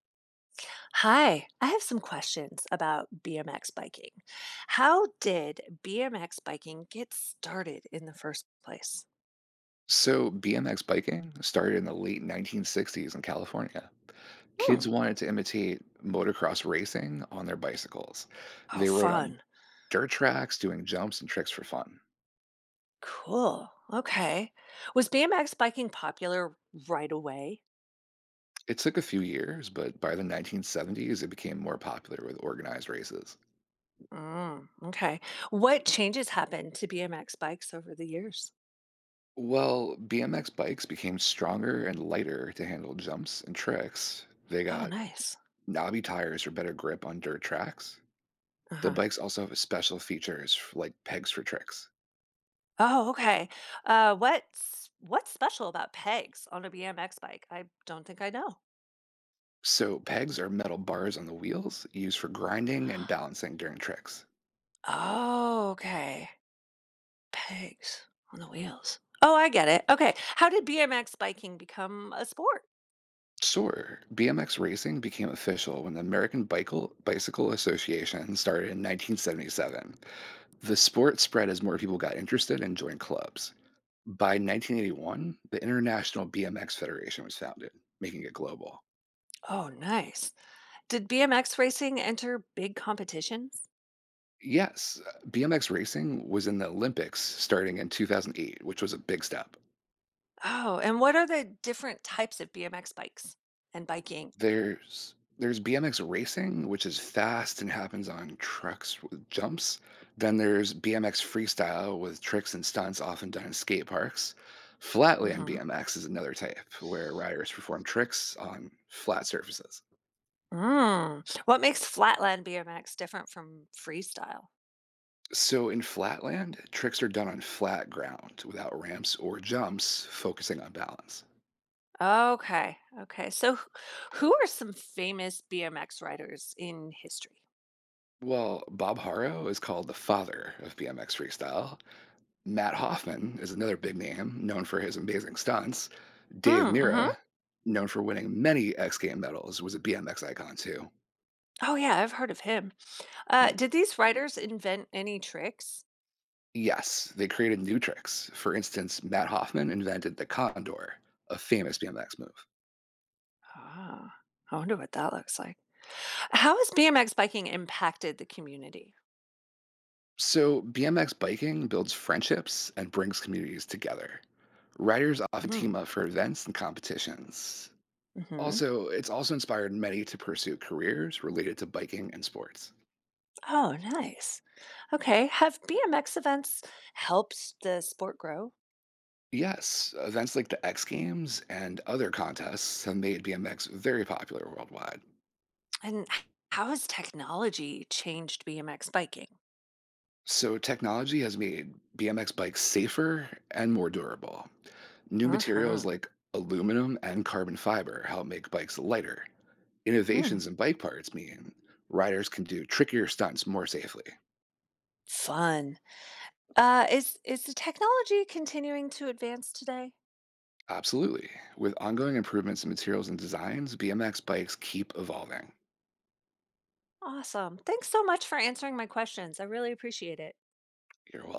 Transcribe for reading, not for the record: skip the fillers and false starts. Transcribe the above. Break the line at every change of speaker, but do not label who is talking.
Hi, I have some questions about BMX biking. How did BMX biking get started in the first place?
So, BMX biking started in the late 1960s in California.
Hmm.
Kids wanted to imitate motocross racing on their bicycles.
Oh,
They rode on
fun.
dirt tracks, doing jumps and tricks for fun.
Cool. Okay. Was BMX biking popular right away?
It took a few years, but by the 1970s, it became more popular with organized races.
Mm, okay. What changes happened to BMX bikes over the years?
Well, BMX bikes became stronger and lighter to handle jumps and tricks. They
Oh,
got
nice.
knobby tires for better grip on dirt tracks. The
Uh-huh.
bikes also have special features like pegs for tricks.
Oh, okay. What's special about pegs on a BMX bike? I don't think I know.
So, pegs are metal bars on the wheels used for grinding and balancing during tricks.
Oh, okay. Pegs on the wheels. Oh, I get it. Okay. How did BMX biking become a sport?
Sure, BMX racing became official when the American Bicycle Association started in 1977. The sport spread as more people got interested and joined clubs. By 1981, the International BMX Federation was founded, making it global.
Oh, nice. Did BMX racing enter big competitions?
Yes, BMX racing was in the Olympics starting in 2008, which was a big step.
Oh, and what are the different types of BMX bikes and biking?
There's BMX racing, which is fast and happens on trucks with jumps. Then there's BMX freestyle with tricks and stunts often done in skate parks. Flatland
Hmm.
BMX is another type where riders perform tricks on flat surfaces.
Mm. What makes flatland BMX different from freestyle?
So in flatland, tricks are done on flat ground without ramps or jumps, focusing on balance.
Okay. Okay. Who are some famous BMX riders in history?
Well, Bob Harrow is called the father of BMX freestyle. Matt Hoffman is another big name known for his amazing stunts. Dave Mira,
Mm-hmm.
known for winning many X Game medals, was a BMX icon too.
Oh, yeah. I've heard of him.
Mm.
Did these riders invent any tricks?
Yes, they created new tricks. For instance, Matt Hoffman invented the Condor, a famous BMX move.
Ah, I wonder what that looks like. How has BMX biking impacted the community?
So, BMX biking builds friendships and brings communities together. Riders often
Mhm,
team up for events and competitions.
mhm.
Also, it's also inspired many to pursue careers related to biking and sports.
Oh, nice. Okay, have BMX events helped the sport grow?
Yes, events like the X Games and other contests have made BMX very popular worldwide.
And h- how has technology changed BMX biking?
So, technology has made BMX bikes safer and more durable. New materials
Uh-huh.
like aluminum and carbon fiber help make bikes lighter.
Hmm.
Innovations in bike parts mean riders can do trickier stunts more safely.
Fun. Is the technology continuing to advance today?
Absolutely. With ongoing improvements in materials and designs, BMX bikes keep evolving.
Awesome. Thanks so much for answering my questions. I really appreciate it.
You're welcome.